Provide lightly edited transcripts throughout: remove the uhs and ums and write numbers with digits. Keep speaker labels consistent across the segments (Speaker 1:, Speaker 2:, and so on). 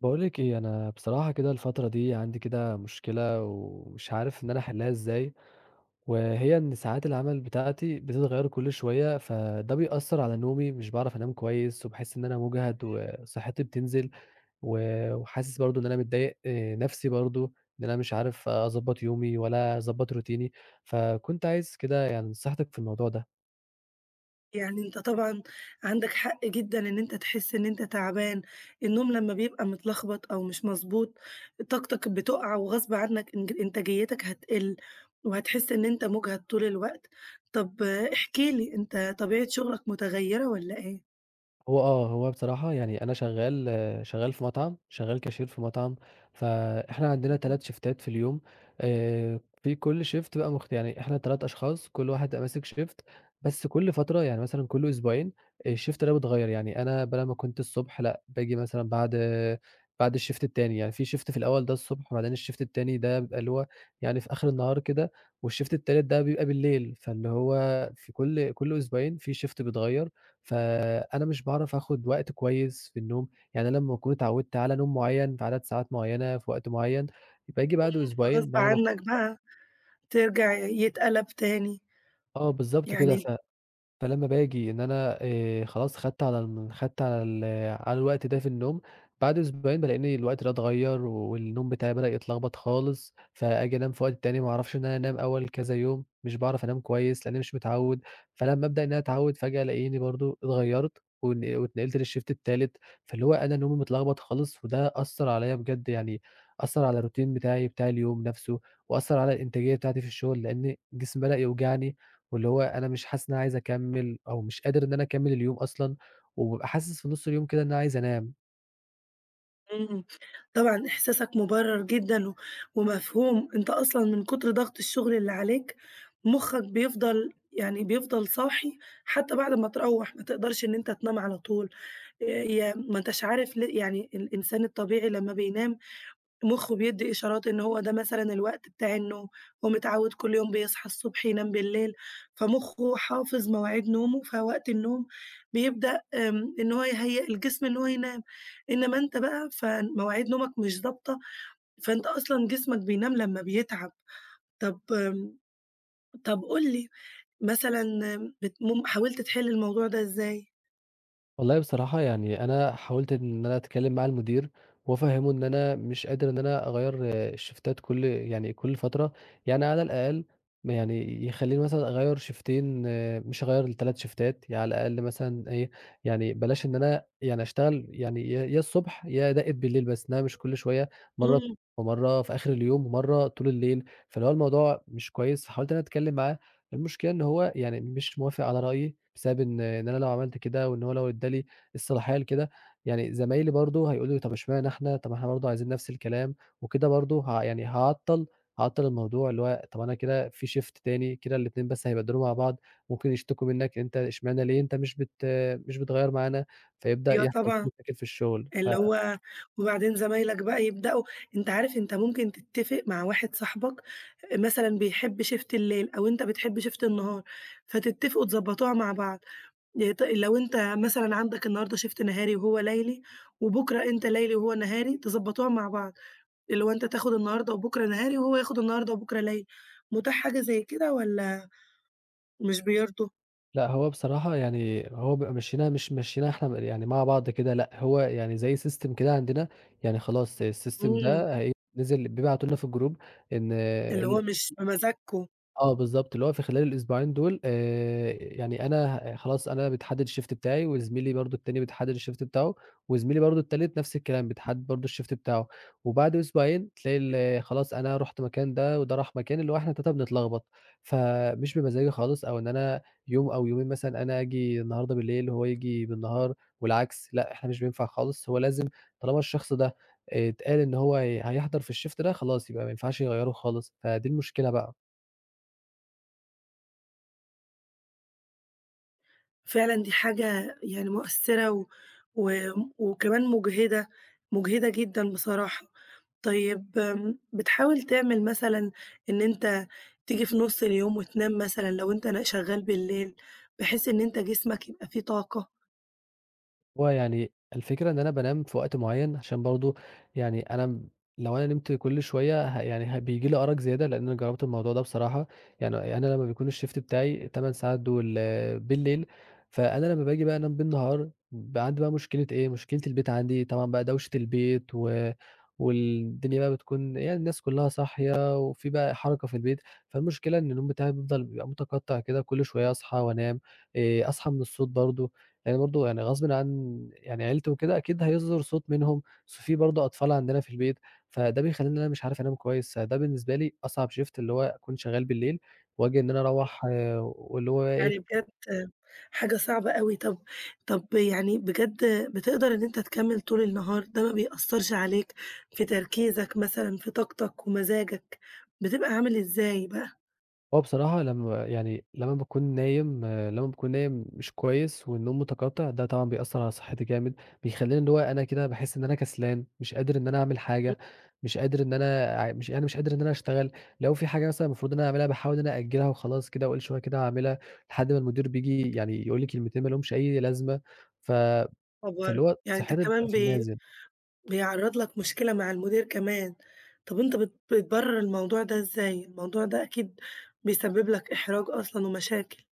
Speaker 1: باقولِك إيه، أنا بصراحة كده الفترة دي عندي كده مشكلة ومش عارف إن أنا أحلّها إزاي، وهي إن ساعات العمل بتاعتي بتتغيّر كل شوية، فده بيأثّر على نومي، مش باعرف أنام كويس وباحس إن أنا مُجهَد وصحّتي بتنزل و وحاسس برضه إن أنا متضايق نَفْسي برضه، إن أنا مش عارف أضبّط يومي ولا أضبّط روتيني، فكنت عايز كده يعني نصيحتِك في الموضوع ده.
Speaker 2: يعني أنت طبعًا عندك حق جدًا إن أنت تحس إن أنت تعبان. النوم لمّا بيبقى متلخبط أو مش مضبوط، طاقتك بتُقع وغصب عنك إنتاجيتك هتقل، وهتحس إن أنت مُجهد طول الوقت. طب احكِ لي، أنت طبيعة شغلك متغيّرة والّا إيه؟
Speaker 1: هو بصراحة يعني أنا شغّال شغّال في مطعم، شغّال كاشير في مطعم، فإحنا عندنا
Speaker 2: اهم.
Speaker 1: 3 شيفتات في اليوم، في كل شيفت بقى مخت يعني إحنا 3 أشخاص كل واحد بيبقى ماسك شيفت، بس كل فترة يعني مثلًا كل أسبوعين الشيفت ده بيتغيّر، يعني أنا بدل ما كنت الصبح لأ، باجي مثلًا بعد الشيفت التاني، يعني في شيفت في الأول ده الصبح وبعدين الشيفت التاني ده بيبقى اللي هو يعني في آخر النهار كده، والشيفت التالت ده بيبقى بالليل، فاللي هو في كل أسبوعين في شيفت بيتغيّر. فأنا مش باعرف آخُد وقت كويس في النوم، يعني أنا لمّا أكون اتعوّدت على نوم معيّن في عدد ساعات معيّنة في وقت معيّن، باجي بعده
Speaker 2: فغصب
Speaker 1: أسبوعين بعد ما
Speaker 2: عنك بقى ترجع يتقلب تاني.
Speaker 1: آه بالضبط كده،
Speaker 2: يعني
Speaker 1: ف فلمّا باجي إن أنا خلاص خدت على الم خدت على ال على الوقت ده في النوم، بعد أسبوعين بالاقيني الوقت ده اتغيّر والنوم بتاعي بدأ يتلخبط خالص، فآجي أنام في وقت تاني ما اعرفش إن أنا أنام أول كذا يوم، مش باعرف أنام كويس لأنّي مش متعوّد، فلمّا أبدأ إن أنا أتعوّد فجأة الاقيني برضه اتغيّرت واتنقلت للشيفت التالت، فاللي هو أنا نومي متلخبط خالص وده أثّر عليّا بجد يعني أثّر على الروتين بتاعي بتاع اليوم نَفْسه وأثّر على الإنتاجية بتاعتي في الشغل، لإن جسمي بدأ يوجعني واللي هو أنا مش حاسس إن أنا عايز أكمّل أو مش قادر إن أنا أكمّل اليوم أصلًا، وبابقى حاسس في نُص اليوم كده إن أنا عايز أنام.
Speaker 2: إمم، طبعًا إحساسك مُبرّر جدًا ومفهوم. أنت أصلًا من كتر ضغط الشغل اللي عليك مُخّك بيفضل صاحي حتى بعد ما تروّح، ما تقدرش إن أنت تنام على طول. يا ما أنتاش عارف يعني الإنسان الطبيعي لمّا بينام مُخّه بيدّي إشارات إن هو ده مثلًا الوقت بتاع النوم، هو متعوّد كل يوم بيصحى الصبح ينام بالليل، فمُخّه حافظ مواعيد نومه، فوقت النوم بيبدأ، إن هو يهيّأ الجسم إن هو ينام. إنّما أنت بقى فمواعيد نومك مش ضابطة، فأنت أصلًا جسمك بينام لمّا بيتعب. طب آمم، طب قُل لي مثلًا، أم، بت مم حاولت تحِل الموضوع ده إزاي؟
Speaker 1: والله بصراحة يعني أنا حاولت إن أنا أتكلّم مع المدير، وأفهّمه إن أنا مش قادر إن أنا أغيّر الشيفتات كل يعني كل فترة، يعني على الأقل م يعني يخلّيني مثلًا أغيّر شيفتين مش هاغيّر ال3 شيفتات، يعني على الأقل مثلًا إيه، يعني بلاش إن أنا يعني أشتغل يعني يا الصبح يا دَقّة بالليل بس، إنّما مش كل شوية مرّة
Speaker 2: إمم،
Speaker 1: ومرّة في آخر اليوم ومرّة طول الليل، فاللي هو الموضوع مش كويس، فحاولت إن أنا أتكلّم معاه. المشكلة إن هو يعني مش موافق على رأيي، بسبب إن أنا لو عملت كده وإن هو لو ادّى لي الصلاحية لكده، يعني زمايلي برضه هيقولوا لي طب اشمعنى إحنا، طب إحنا برضه عايزين نفس الكلام، وكده برضه ه يعني هاعطّل الموضوع، اللي هو طب أنا كده في shift تاني، كده الاتنين بس هيبدّلوا مع بعض، ممكن يشتكوا منّك أنت اشمعنى ليه أنت مش بتغيّر معانا، فيبدأ
Speaker 2: أيوه
Speaker 1: يحصل في
Speaker 2: طبعًا.
Speaker 1: مشاكل في الشغل، ف
Speaker 2: اللي هو وبعدين زمايلك بقى يبدأوا. أنت عارف أنت ممكن تتفق مع واحد صاحبك مثلًا بيحب شيفت الليل أو أنت بتحب شيفت النهار، فتتفقوا تضبطوها مع بعض. ي ط لو أنت مثلًا عندك النهارده شيفت نهاري وهو ليلي، وبكرة أنت ليلي وهو نهاري، تضبطوها مع بعض، اللي هو أنت تاخد النهارده وبكرة نهاري، وهو ياخد النهارده وبكرة ليلي. متاح حاجة زي كده والّا مش بيرضوا؟
Speaker 1: لأ، هو بصراحة يعني هو بيبقى مشّيناها مش مشّيناها إحنا يعني مع بعض كده، لأ، هو يعني زي system كده عندنا، يعني خلاص الsystem
Speaker 2: إمم،
Speaker 1: ده هي نزل بيبعتوا لنا في الجروب إن
Speaker 2: اللي
Speaker 1: ال
Speaker 2: هو مش بمزاجكم.
Speaker 1: آه بالضبط، اللي هو في خلال الأسبوعين دول، يعني أنا ه خلاص أنا بتحدد الShift بتاعي وزميلي برضه التاني بيتحدد الShift بتاعه، وزميلي برضه التالت نفس الكلام بيتحدد برضه الShift بتاعه، وبعد أسبوعين تلاقي ال خلاص أنا رُحت مكان ده وده راح مكان، اللي هو إحنا ال3 بنتلخبط، فمش بمزاجي خالص أو إن أنا يوم أو يومين مثلًا أنا آجي النهارده بالليل وهو ييجي بالنهار والعكس، لأ إحنا مش بينفع خالص، هو لازم طالما الشخص ده اتقال إن هو هيحضر في الShift ده خلاص يبقى ما ينفعش يغيّره خالص، فدي المشكلة بقى.
Speaker 2: فعلًا دي حاجة يعني مؤثّرة و و وكمان مُجهِدة، مُجهِدة جدًا بصراحة. طيب بتحاول تعمل مثلًا إن أنت تيجي في نُص اليوم وتنام مثلًا لو أنت شغّال بالليل، بحيث إن أنت جسمك يبقى فيه طاقة؟
Speaker 1: هو يعني الفكرة إن أنا بانام في وقت معيّن، عشان برضه يعني أنا م لو أنا نمت كل شوية ه يعني ه بييجي لي أرق زيادة، لإن أنا جرّبت الموضوع ده بصراحة، يعني أنا لمّا بيكون الShift بتاعي ال8 ساعات دول بالليل، فأنا لمّا باجي بقى أنام بالنهار، بقى عندي بقى مشكلة إيه، مشكلة البيت عندي طبعًا بقى دوشة البيت و والدنيا بقى بتكون يعني الناس كلّها صاحية، وفي بقى حركة في البيت، فالمشكلة إن النوم بتاعي بيفضل بيبقى متقطّع كده، كل شوية أصحى وأنام، أصحى من الصوت برضه. لإن برضه يعني غصبٍ عن يعني عيلتي وكده أكيد هيصدر صوت منهم، ص في برضه أطفال عندنا في البيت، فده بيخلّيني إن أنا مش عارف أنام كويس، فده بالنسبة لي أصعب shift اللي هو أكون شغال بالليل وآجي إن أنا أروّح آه، واللي هو بقى
Speaker 2: يعني
Speaker 1: إيه،
Speaker 2: بجد، حاجة صعبة أوي. طب يعني بجد، بتقدر إن أنت تكمّل طول النهار، ده ما بيأثّرش عليك في تركيزك مثلًا، في طاقتك ومزاجك، بتبقى عامل إزاي بقى؟
Speaker 1: هو بصراحة لمّا يعني لمّا باكون نايم آه، لمّا باكون نايم مش كويس والنوم متقطع، ده طبعًا بيأثّر على صحّتي جامد، بيخلّيني اللي هو أنا كده باحس إن أنا كسلان، مش قادر إن أنا أعمل حاجة، مش قادر إن أنا ع مش يعني مش قادر إن أنا أشتغل، لو في حاجة مثلًا المفروض إن أنا أعملها باحاول إن أنا أأجّلها وخلاص كده وأقول شوية كده هاعملها، لحد ما المدير بييجي يعني يقول لي كلمتين ما لهمش أي لازمة، ف
Speaker 2: خبر!
Speaker 1: فاللي هو
Speaker 2: يعني أنت
Speaker 1: صحّتي بتبقى
Speaker 2: كمان
Speaker 1: في النازل.
Speaker 2: بيعرّض لك مشكلة مع المدير كمان. طب أنت بتبرر الموضوع ده إزاي؟ الموضوع ده أكيد بيسبب لك إحراج أصلًا ومشاكل.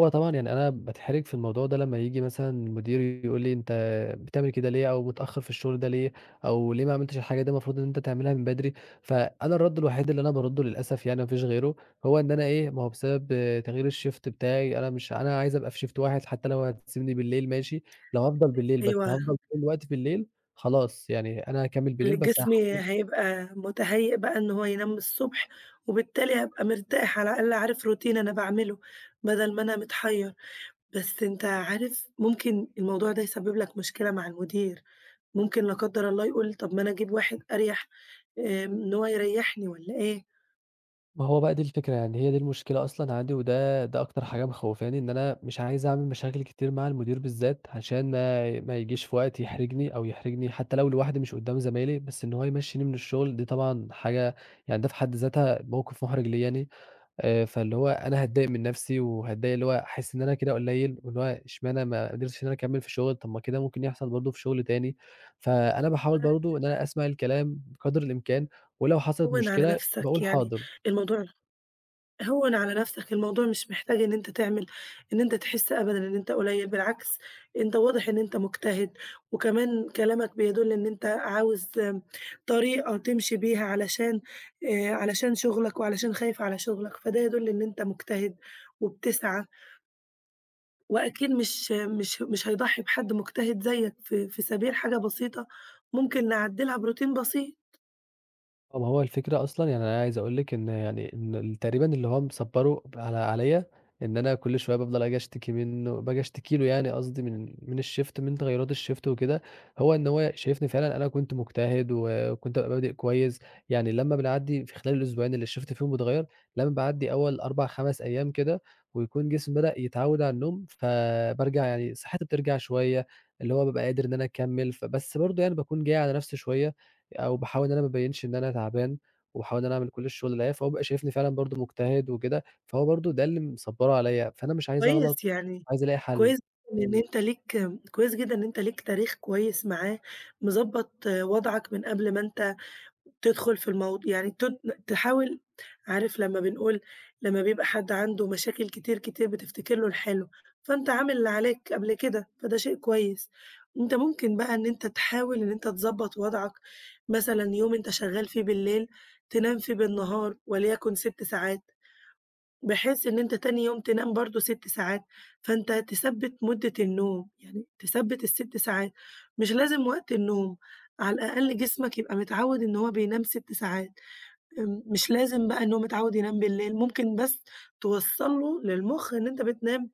Speaker 1: هو طبعًا يعني أنا باتحرج في الموضوع ده لمّا ييجي مثلًا مديري يقول لي: "أنت بتعمل كده ليه؟ أو متأخّر في الشغل ده ليه؟ أو ليه ما عملتش الحاجة دي المفروض إن أنت تعملها من بدري؟" فأنا الرَد الوحيد اللي أنا بارُدّه للأسف يعني ما فيش غيره، هو إن أنا إيه، ما هو بسبب تغيير الShift بتاعي أنا مش أنا عايز أبقى في Shift واحد حتى لو هتسيبني بالليل ماشي، لو هافضل بالليل بس
Speaker 2: أيوه،
Speaker 1: هافضل طول الوقت بالليل خلاص، يعني أنا هاكمّل بالليل بس
Speaker 2: الجسم
Speaker 1: هاح
Speaker 2: هيبقى متهيأ بقى إن هو ينام الصبح، وبالتالي هابقى مرتاح، على الأقل عارف روتين أنا باعمله، بدل ما أنا متحيّر. بس أنت عارف ممكن الموضوع ده يسبب لك مشكلة مع المدير، ممكن لا قدر الله يقول طب ما أنا أجيب واحد أريح، إن هو يريحني والّا إيه؟
Speaker 1: ما هو بقى دي الفكرة، يعني هي دي المشكلة أصلًا عندي وده أكتر حاجة مخوّفاني، إن أنا مش عايز أعمل مشاكل كتير مع المدير بالذات، عشان ما يجيش في وقت يحرجني أو يحرجني حتى لو لوحدي مش قدّام زمايلي، بس إن هو يمشّيني من الشغل دي طبعًا حاجة يعني ده في حد ذاتها موقف محرج ليّا يعني، فاللي هو أنا هاتضايق من نَفْسي وهاتضايق اللي هو أحس إن أنا كده قليّل، واللي هو اشمعنى ما قدرتش إن أنا أكمّل في الشغل، طَب ما كده ممكن يحصل برضه في شغل تاني، فأنا باحاول برضه إن أنا أسمع الكلام بقدر الإمكان، ولو حصلت
Speaker 2: هوّن على
Speaker 1: مشكلة
Speaker 2: نَفْسك،
Speaker 1: باقول
Speaker 2: يعني
Speaker 1: حاضر.
Speaker 2: الموضوع هوّن على نَفْسك. الموضوع مش محتاج إن أنت تحس أبدًا إن أنت قليّل، بالعكس أنت واضح إن أنت مجتهد، وكمان كلامك بيدُل إن أنت عاوز طريقة تمشي بيها علشان شُغلك وعلشان خايف على شُغلك، فده يدُل إن أنت مجتهد وبتسعى. وأكيد مش هيضحّي بحد مجتهد زيّك في سبيل حاجة بسيطة ممكن نعدّلها بروتين بسيط.
Speaker 1: آه، ما هو الفكرة أصلًا يعني أنا عايز أقول لِك إن يعني إن ال تقريبًا اللي هو مصبّره على عليّا إن أنا كل شوية بافضل آجي أشتكي منه باجي أشتكي له يعني قصدي من الShift من تغيُّرات الShift وكده، هو إن هو شايفني فعلًا أنا كنت مجتهد وكنت بابقى بادئ كويس، يعني لمّا بنعدّي في خلال الأسبوعين اللي الShift فيهم بيتغيّر، لمّا باعدّي أول 4، 5 أيام كده ويكون جسمي بدأ يتعوّد على النوم، فبارجع يعني صحتي بترجع شوية، اللي هو بابقى قادر إن أنا أكمّل، فبس برضه يعني باكون جاي على نَفْسي شوية أو باحاول إن أنا ما أبيّنش إن أنا تعبان، وباحاول إن أنا أعمل كل الشغل اللي عليّا، فهو بيبقى شايفني فعلًا برضه مجتهد وكده، فهو برضه ده اللي مصبّره عليّا، فأنا مش عايز أغلط،
Speaker 2: كويس يعني،
Speaker 1: عايز ألاقي حل.
Speaker 2: كويس جدًا إن أنت ليك كويس جدًا إن أنت ليك تاريخ كويس معاه، مضبّط وضعك من قبل ما أنت تدخل في الموض يعني تد تحاول. عارف لمّا بنقول لمّا بيبقى حد عنده مشاكل كتير، كتير بتفتكر له الحلو، فأنت عامل اللي عليك قبل كده، فده شيء كويس. أنت ممكن بقى إن أنت تحاول إن أنت تضبّط وضعك، مثلًا يوم أنت شغّال فيه بالليل تنام فيه بالنهار وليكن 6 ساعات. بحيث إن أنت تاني يوم تنام برضه 6 ساعات، فأنت تثبِّت مدة النوم، يعني تثبِّت ال6 ساعات، مش لازم وقت النوم، على الأقل جسمك يبقى متعوِّد إن هو بينام 6 ساعات. مش لازم بقى إن هو متعوِّد ينام بالليل، ممكن بس توصّل له للمُخ إن أنت بتنام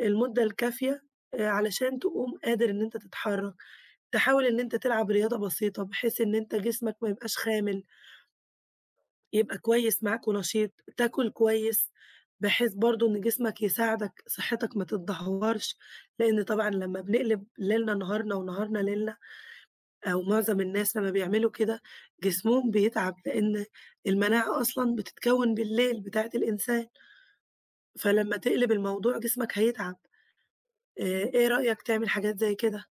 Speaker 2: المدة الكافية، علشان تقوم قادر إن أنت تتحرّك، تحاول إن أنت تلعب رياضة بسيطة بحيث إن أنت جسمك ما يبقاش خامل، يبقى كويس معاك ونشيط، تاكل كويس، بحيث برضه إن جسمك يساعدك صحتك ما تتدهورش، لإن طبعًا لمّا بنقلب ليلنا نهارنا ونهارنا ليلنا، أو معظم الناس لمّا بيعملوا كده جسمهم بيتعب، لإن المناعة أصلًا بتتكوّن بالليل بتاعة الإنسان، فلمّا تقلب الموضوع جسمك هيتعب. آآ إيه رأيك تعمل حاجات زي كده؟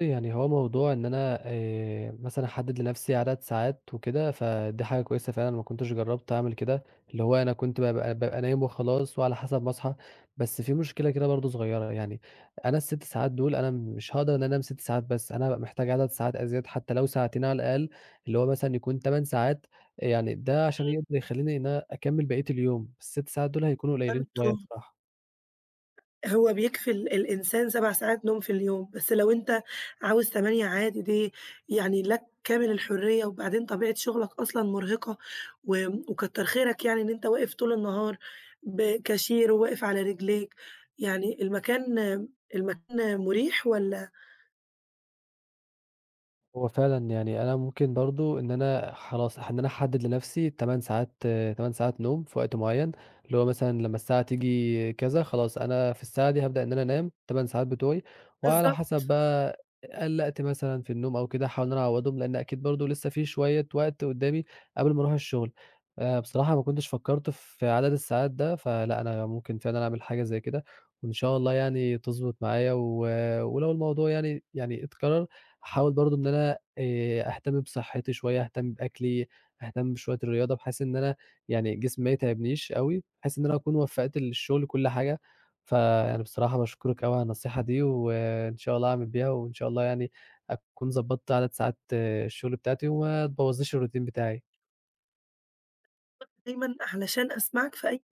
Speaker 1: يعني هو موضوع إن أنا مثلًا أحدد لنفسي عدد ساعات وكده، فدي حاجة كويسة فعلًا ما كنتش جرّبت أعمل كده، اللي هو أنا كنت بابقى نايم وخلاص وعلى حسب ما أصحى، بس في مشكلة كده برضه صغيرة يعني، أنا ال6 ساعات دول أنا مش هاقدر إن أنا أنام 6 ساعات بس، أنا هابقى محتاج عدد ساعات أزيد حتى لو ساعتين على الأقل، اللي هو مثلًا يكون 8 ساعات، يعني ده عشان يقدر يخلّيني إن أنا أكمّل بقية اليوم، ال6 ساعات دول هيكونوا قليلين شوية
Speaker 2: برضه،
Speaker 1: بصراحة.
Speaker 2: هو بيكفي الإنسان 7 ساعات نوم في اليوم، بس لو أنت عاوز 8 عادي دي يعني لك كامل الحرية. وبعدين طبيعة شغلك أصلًا مرهقة وكتر خيرك يعني إن أنت واقف طول النهار كاشير وواقف على رجليك. يعني المكان مُريح والّا؟
Speaker 1: هو فعلًا يعني أنا ممكن برضه إن أنا خلاص إن أنا أحدد لنفسي 8 ساعات نوم في وقت معين، اللي هو مثلًا لمّا الساعة تيجي كذا خلاص أنا في الساعة دي هابدأ إن أنا أنام 8 ساعات بتوعي، وعلى
Speaker 2: بالضبط.
Speaker 1: حسب بقى قلّقت مثلًا في النوم أو كده أحاول إن أنا أعوّضهم، لإن أكيد برضه لسه في شوية وقت قدّامي قبل ما أروح الشغل. بصراحة ما كنتش فكّرت في عدد الساعات ده، فلأ أنا ممكن فعلًا أعمل حاجة زي كده، وإن شاء الله يعني تضبط معايا و ولو الموضوع يعني اتكرر هاحاول برضه إن أنا أهتم بصحّتي شوية، أهتم بأكلي، أهتم بشوية الرياضة، بحيث إن أنا يعني جسمي ما يتعبنيش أوي، بحيث إن أنا أكون وفّقت للشغل كل حاجة. فيعني بصراحة باشكرِك أوي على النصيحة دي، وإن شاء الله هاعمل بيها، وإن شاء الله يعني أكون ضبّطت عدد ساعات الشغل بتاعتي، وما تبوّظليش الroutine بتاعي.
Speaker 2: دايمًا علشان أسمعك في أي